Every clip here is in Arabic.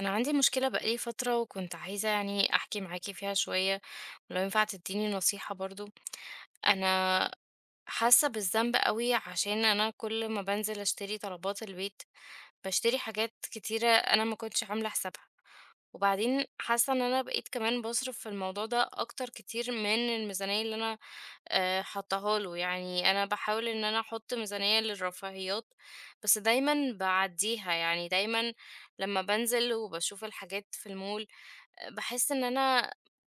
أنا عندي مشكلة بقالي فترة وكنت عايزة يعني أحكي معاكِ فيها شوية، ولو ينفع تديني نصيحة برضه. أنا حاسة بالذنب أوي عشان أنا كل ما بانزل أشتري طلبات البيت، باشتري حاجات كتيرة أنا ما كنتش عاملة حسابها. وبعدين حاسة إن أنا بقيت كمان باصرف في الموضوع ده أكتر كتير من الميزانية اللي أنا حطاها له يعني أنا بحاول إن أنا أحط ميزانية للرفاهيات بس دايما بعديها يعني دايما لما بنزل وبشوف الحاجات في المول، بحس إن أنا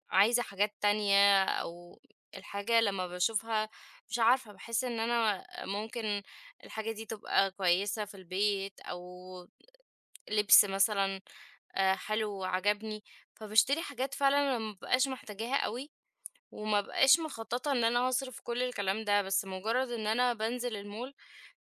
عايزة حاجات تانية أو الحاجة لما بشوفها مش عارفة بحس إن أنا ممكن الحاجة دي تبقى كويسة في البيت أو لبس مثلا حلو وعجبني، فباشتري حاجات فعلًا أنا ما بابقاش محتاجاها أوي، وما بابقاش مخططة إن أنا هاصرف كل الكلام ده، بس مجرد إن أنا بانزل المول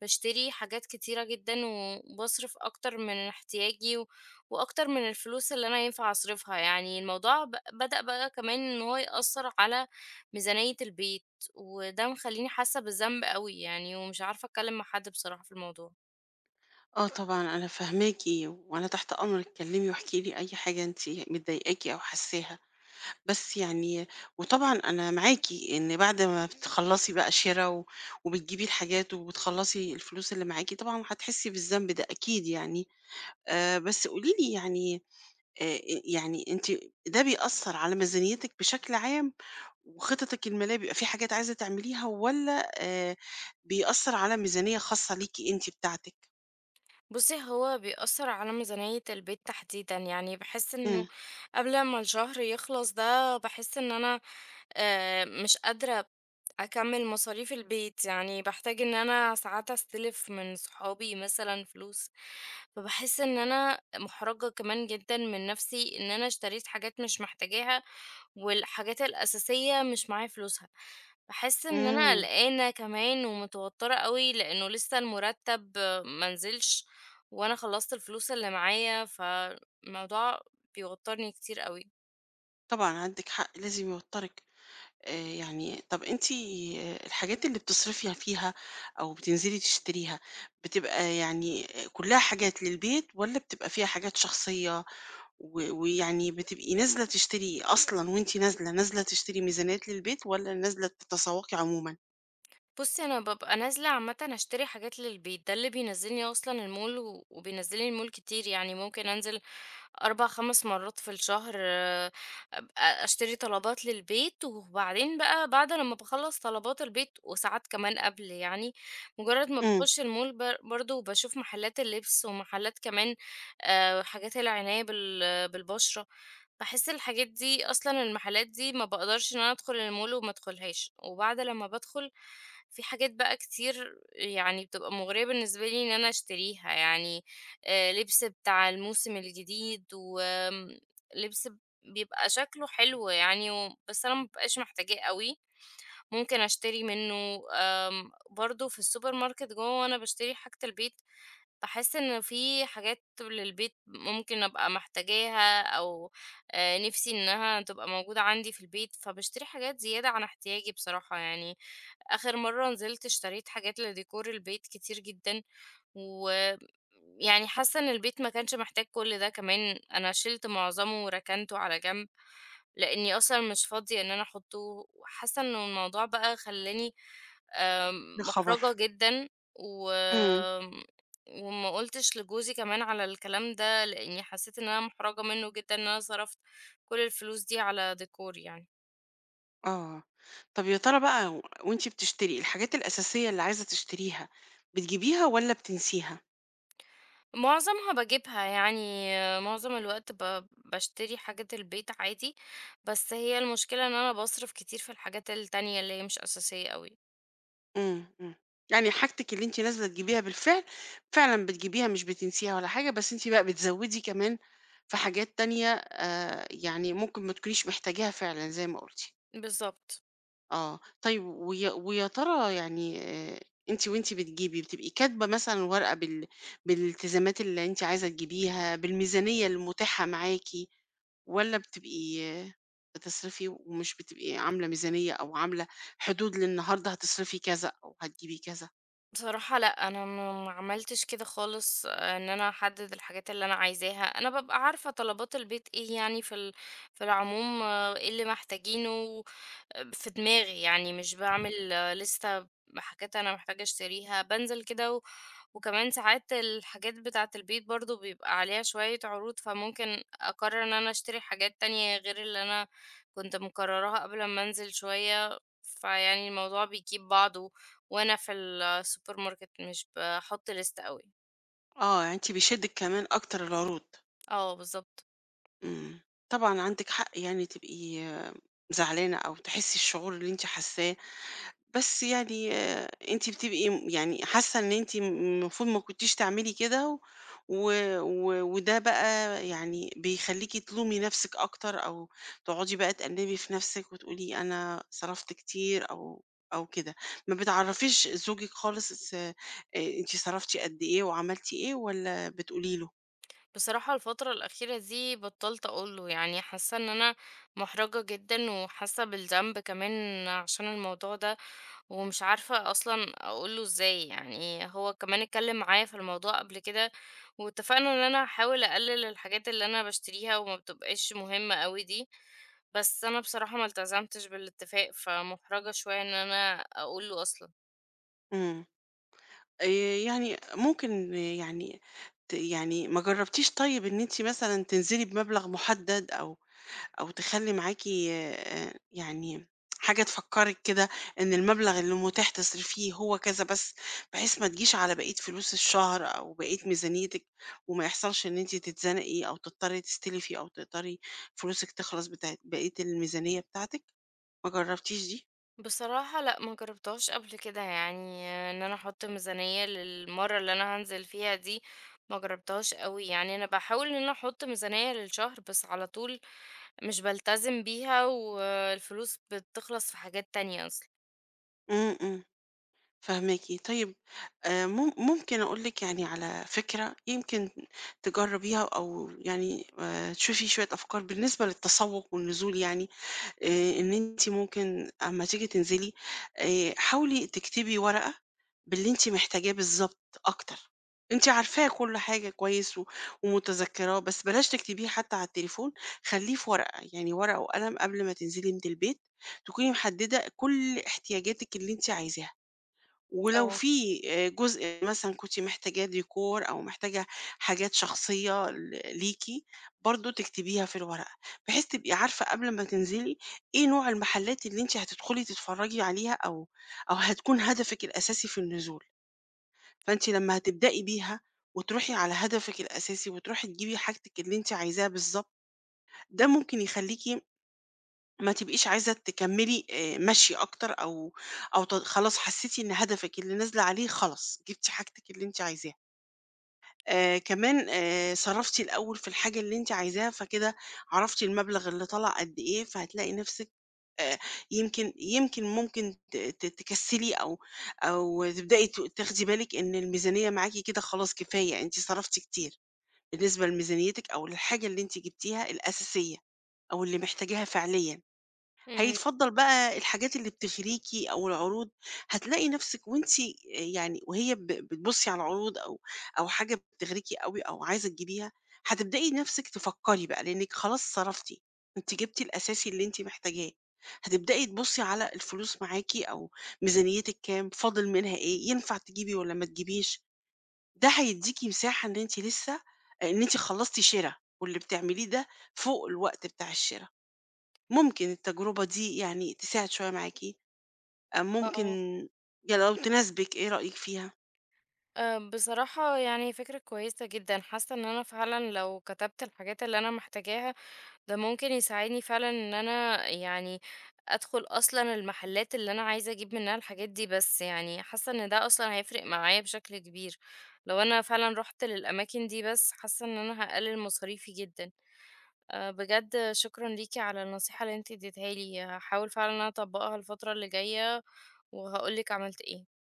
باشتري حاجات كتيرة جدًا، وباصرف أكتر من احتياجي، و وأكتر من الفلوس اللي أنا ينفع أصرفها يعني. الموضوع بدأ بقى كمان إن هو يأثّر على ميزانية البيت، وده مخلّيني حاسة بالذنب أوي يعني، ومش عارفة أتكلم مع حد بصراحة في الموضوع. آه طبعًا أنا فاهماكِ، وأنا تحت أمرِك كلميني واحكي لي أي حاجة أنتِ مضايقاكِ أو حاساها، بس يعني وطبعًا أنا معاكِ إن بعد ما بتخلّصي بقى شِرا و وبتجيبي الحاجات وبتخلّصي الفلوس اللي معاكِ طبعًا هتحسي بالذنب ده أكيد يعني. بس قولي لي يعني، آآ يعني أنتِ، ده بيأثّر على ميزانيتِك بشكل عام وخططِك المالية بيبقى في حاجات عايزة تعمليها والّا بيأثّر على ميزانية خاصة ليكِ أنتِ بتاعتِك؟ بُصّي، هو بيأثّر على ميزانية البيت تحديدًا، يعني باحس إنه إمم. قبل ما الشهر يخلص ده باحس إن أنا مش قادرة أكمّل مصاريف البيت، يعني باحتاج إن أنا ساعات أستلف من صحابي مثلًا فلوس، فباحس إن أنا مُحرَجة كمان جدًا من نَفْسي إن أنا اشتريت حاجات مش محتاجاها، والحاجات الأساسية مش معايا فلوسها. باحس إن أنا إمم. قلقانة كمان ومتوتّرة أوي، لإنه لسه المُرتّب ما نزلش وأنا خلّصت الفلوس اللي معايا، فالموضوع بيوتّرني كتير أوي. طبعًا عندِك حق، لازم يوتّرِك. آآ يعني طَب أنتِ، الحاجات اللي بتصرفي فيها أو بتنزلي تشتريها، بتبقى يعني آه، كُلّها حاجات للبيت والّا بتبقى فيها حاجات شخصية ويعني بتبقي نازلة تشتري أصلًا وأنتِ نازلة، نازلة تشتري ميزانيات للبيت والّا نازلة تتسوّقي عمومًا؟ بُصّي، أنا بابقى نازلة عامةً أشتري حاجات للبيت، ده اللي بينزّلني أصلًا المول و وبينزّلني المول كتير، يعني ممكن أنزل 4، 5 مرات في الشهر، أبقى أشتري طلبات للبيت، وبعدين بقى بعد لمّا باخلّص طلبات البيت وساعات كمان قبل يعني، مجرد ما إمم. باخش المول برضه باشوف محلات اللبس ومحلات كمان، حاجات العناية بالبشرة. باحس الحاجات دي أصلًا المحلات دي ما باقدرش إن أنا أدخل المول وما أدخلهاش، وبعد لمّا بادخل في حاجات بقى كتير يعني بتبقى مغرية بالنسبة لي إن أنا أشتريها يعني. لبس بتاع الموسم الجديد، وآمم لبس بيبقى شكله حلو يعني و بس أنا ما بابقاش محتاجاه أوي، ممكن أشتري منه. برضه في السوبر ماركت جوّه وأنا باشتري حاجة البيت، باحس إن في حاجات للبيت ممكن أبقى محتاجاها أو نِفْسي إنها تبقى موجودة عندي في البيت، فباشتري حاجات زيادة عن احتياجي بصراحة يعني. آخر مرّة نزلت اشتريت حاجات لdecor البيت كتير جدًا. ويعني حاسة إن البيت ما كانش محتاج كل ده، كمان أنا شِلت معظمه وركنته على جنب، لإني أصلًا مش فاضية إن أنا أحطّه، وحاسة إنه الموضوع بقى خلّاني يا مُحرَجة خبر! جدًا و إمم. وما قُلتش لجوزي كمان على الكلام ده، لإني حسّيت إن أنا مُحرَجة منّه جدًا إن أنا صرفت كل الفلوس دي على ديكور يعني. آه. طَب يا ترى بقى وأنتِ بتشتري الحاجات الأساسية اللي عايزة تشتريها، بتجيبيها والّا بتنسيها؟ معظمها باجيبها يعني آه، معظم الوقت باشتري حاجات البيت عادي، بس هي المشكلة إن أنا باصرف كتير في الحاجات التانية اللي هي مش أساسية أوي. إمم، إمم. يعني حاجتِك اللي أنتِ نازلة تجيبيها بالفعل، فعلًا بتجيبيها مش بتنسيها ولا حاجة، بس أنتِ بقى بتزوّدي كمان في حاجات تانية يعني ممكن ما تكونيش محتاجاها فعلًا زي ما قُلتِ. بالضبط. آه. طيب ويا ترى يعني، أنتِ وأنتِ بتجيبي بتبقي كاتبة مثلًا ورقة بالالتزامات اللي أنتِ عايزة تجيبيها، بالميزانية المتاحة معاكِ والّا بتبقي آه، بتصرفي ومش بتبقي عاملة ميزانية أو عاملة حدود للنهارده هتصرفي كذا أو هتجيبي كذا؟ بصراحة لأ، أنا ما عملتش كده خالص آه، إن أنا أحدد الحاجات اللي أنا عايزاها. أنا بابقى عارفة طلبات البيت إيه يعني في العموم آه، إيه اللي محتاجينه في دماغي يعني مش باعمل لِستة بحاجات أنا محتاجة أشتريها، بانزل كده وكمان ساعات الحاجات بتاعة البيت برضه بيبقى عليها شوية عروض، فممكن أقرر إن أنا أشتري حاجات تانية غير اللي أنا كنت مقرراها قبل ما أنزل شوية، فيعني الموضوع بيجيب بعضه وأنا في السوبر ماركت مش باحط لِستة أوي. آه، يعني أنتِ بيشدِّك كمان أكتر العروض. آه بالضبط. إمم. طبعًا عندِك حق يعني تبقي آه، زعلانة أو تحسّي الشعور اللي أنتِ حاسّاه، بس يعني آه، أنتِ بتبقي يعني حاسّة إن أنتِ م المفروض ما كنتيش تعملي كده و و و- وده بقى يعني بيخلّيكِ تلومي نَفْسِك أكتر أو تقعدي بقى تأنِّبي في نَفْسِك وتقولي أنا صرفت كتير أو كده. ما بتعرّفيش زوجِك خالص، أنتِ صرفتِ قد إيه وعملتِ إيه والّا بتقولي له؟ بصراحة الفترة الأخيرة دي بطلت أقوله يعني حاسة إن أنا محرجة جدا وحاسة بالذنب كمان عشان الموضوع ده، ومش عارفة أصلا أقوله إزاي. يعني هو كمان اتكلم معايا في الموضوع قبل كده واتفقنا إن أنا هحاول أقلل الحاجات اللي أنا بشتريها وما بتبقاش مهمة قوي دي، بس أنا بصراحة ما التزمتش بالاتفاق فمحرجة شوية إن أنا أقوله أصلا. إمم. آآ يعني ممكن يعني ت يعني ما جرّبتيش طيب إن أنتِ مثلًا تنزلي بمبلغ مُحدّد أو أو تخلّي معاكِ يعني حاجة تفكّرِك كده إن المبلغ اللي متاح تصرفيه هو كذا بس، بحيث ما تجيش على بقية فلوس الشهر أو بقية ميزانيتِك وما يحصلش إن أنتِ تتزنقي أو تضطرّي تستلفي أو تقطري فلوسِك تخلص بتاعة بقية الميزانية بتاعتِك؟ ما جرّبتيش دي؟ بصراحة لأ، ما جرّبتهاش قبل كده، يعني إن أنا أحُط ميزانية للمَرّة اللي أنا هانزل فيها دي، ما جرّبتهاش أوي. يعني أنا باحاول إن أنا أحُط ميزانية للشهر، بس على طول مش بالتزم بيها والفلوس بتخلص في حاجات تانية أصلًا. إمم، إمم. فاهماكِ. طيب، ممكن أقول لِك يعني على فكرة يمكن تجرّبيها أو يعني تشوفي شوية أفكار بالنسبة للتسوّق والنزول يعني، إن أنتِ ممكن أمّا تيجي تنزلي، حاولي تكتبي ورقة باللي أنتِ محتاجاه بالضبط أكتر. أنتِ عارفاه كل حاجة كويس ومتذكّراه، بس بلاش تكتبيه حتى على التليفون، خلّيه في ورقة، يعني ورقة وقلم قبل ما تنزلي من البيت، تكوني محدّدة كل احتياجاتِك اللي أنتِ عايزاها. ولو آه. في جزء مثلًا كنتِ محتاجاه ديكور أو محتاجة حاجات شخصية ليكِ، برضه تكتبيها في الورقة، بحيث تبقي عارفة قبل ما تنزلي إيه نوع المحلات اللي أنتِ هتدخلي تتفرجي عليها أو أو هتكون هدفِك الأساسي في النزول. فأنتِ لمّا هتبدئي بيها وتروحي على هدفِك الأساسي وتروحي تجيبي حاجتِك اللي أنتِ عايزاها بالضبط، ده ممكن يخلّيكِ ما تبقيش عايزة تكمّلي ماشية أكتر أو خلاص حسّيتِ إن هدفِك اللي نازلة عليه خلاص، جبتِ حاجتِك اللي أنتِ عايزاها. كمان صرّفتِ الأول في الحاجة اللي أنتِ عايزاها، فكده عرفتِ المبلغ اللي طلع قد إيه، فهتلاقي نَفْسِك آآ يمكن ممكن ت ت تكسّلي أو أو تبدئي تاخدي بالِك إن الميزانية معاكِ كده خلاص كفاية، أنتِ صرفتِ كتير بالنسبة لميزانيتِك أو للحاجة اللي أنتِ جبتيها الأساسية أو اللي محتاجاها فعليًا. إمم، هيتفضّل بقى الحاجات اللي بتغريكِ أو العروض، هتلاقي نَفْسِك وأنتِ يعني وهي ب بتبُصّي على العروض أو أو حاجة بتغريكِ أوي أو عايزة تجيبيها، هتبدئي نَفْسِك تفكّري بقى لإنِّك خلاص صرفتِ، أنتِ جبتِ الأساسي اللي أنتِ محتاجاه، هتبدئي تبُصّي على الفلوس معاكِ أو ميزانيتِك كام، فاضل منها إيه، ينفع تجيبي والّا ما تجيبيش، ده هيدّيكِ مساحة إن أنتِ لسه إن أنتِ خلّصتِ شِرا واللي بتعمليه ده فوق الوقت بتاع الشِرا. ممكن التجربة دي يعني تساعد شوية معاكِ، ممكن آه. يعني لو تناسبِك، إيه رأيِك فيها؟ بصراحة يعني فكرة كويسة جدًا، حاسة إن أنا فعلًا لو كتبت الحاجات اللي أنا محتاجاها ده ممكن يساعدني فعلًا إن أنا يعني أدخل أصلًا المحلات اللي أنا عايزة أجيب منها الحاجات دي بس، يعني حاسة إن ده أصلًا هيفرق معايا بشكل كبير، لو أنا فعلًا رُحت للأماكن دي بس، حاسة إن أنا هاقلل مصاريفي جدًا. بجد شكرًا ليكِ على النصيحة اللي أنتِ اديتيها لي، هاحاول فعلًا إن أنا أطبّقها الفترة اللي جاية وهاقول لِك عملت إيه.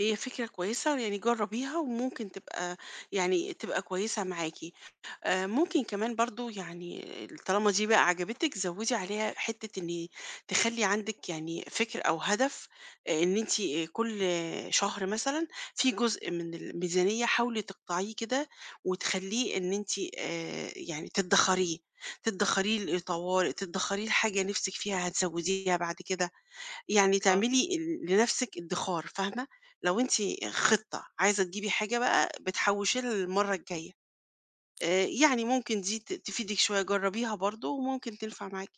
هي فكرة كويسة يعني جرّبيها وممكن تبقى يعني تبقى كويسة معاكِ. ممكن كمان برضه يعني طالما دي بقى عجبتِك زوّدي عليها حتّة إن تخلّي عندِك يعني فِكر أو هدف، إن أنتِ آه، كل شهر مثلًا في جزء من الميزانية حاولي تقطعيه كده وتخلّيه إن أنتِ، يعني تدّخريه، تدّخريه لطوارئ، تدّخريه لحاجة نِفْسِك فيها هتزوّديها بعد كده، يعني آه، تعملي لنَفْسِك إدّخار، فاهمة؟ لو أنتِ خطة عايزة تجيبي حاجة بقى بتحوّشي لها للمرّة الجاية. يعني ممكن دي تفيدِك شوية، جرّبيها برضه وممكن تنفع معاكِ،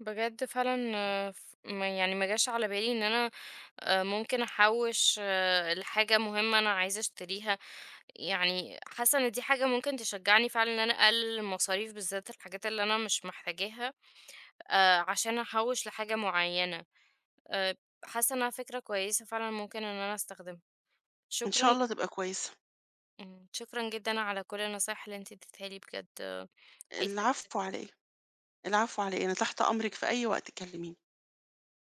بجد فعلًا آه، ف ما يعني ما جاش على بالي إن أنا ممكن أحوّش، آه، لحاجة مهمة أنا عايزة أشتريها، يعني حاسة إن دي حاجة ممكن تشجعني فعلًا إن أنا أقلل المصاريف، بالذات الحاجات اللي أنا مش محتاجاها، عشان أحوّش لحاجة معيّنة، آآ، حاسة إنها فكرة كويسة فعلًا ممكن إن أنا أستخدمها. إن شاء شكرًا. الله تبقى كويسة. إمم، شكرًا جدًا على كل النصايح اللي أنتِ اديتيها لي بجد، حقيقي استفدت العفو كتير. على إيه؟ العفو على إيه؟ أنا تحت أمرِك في أي وقت كلميني.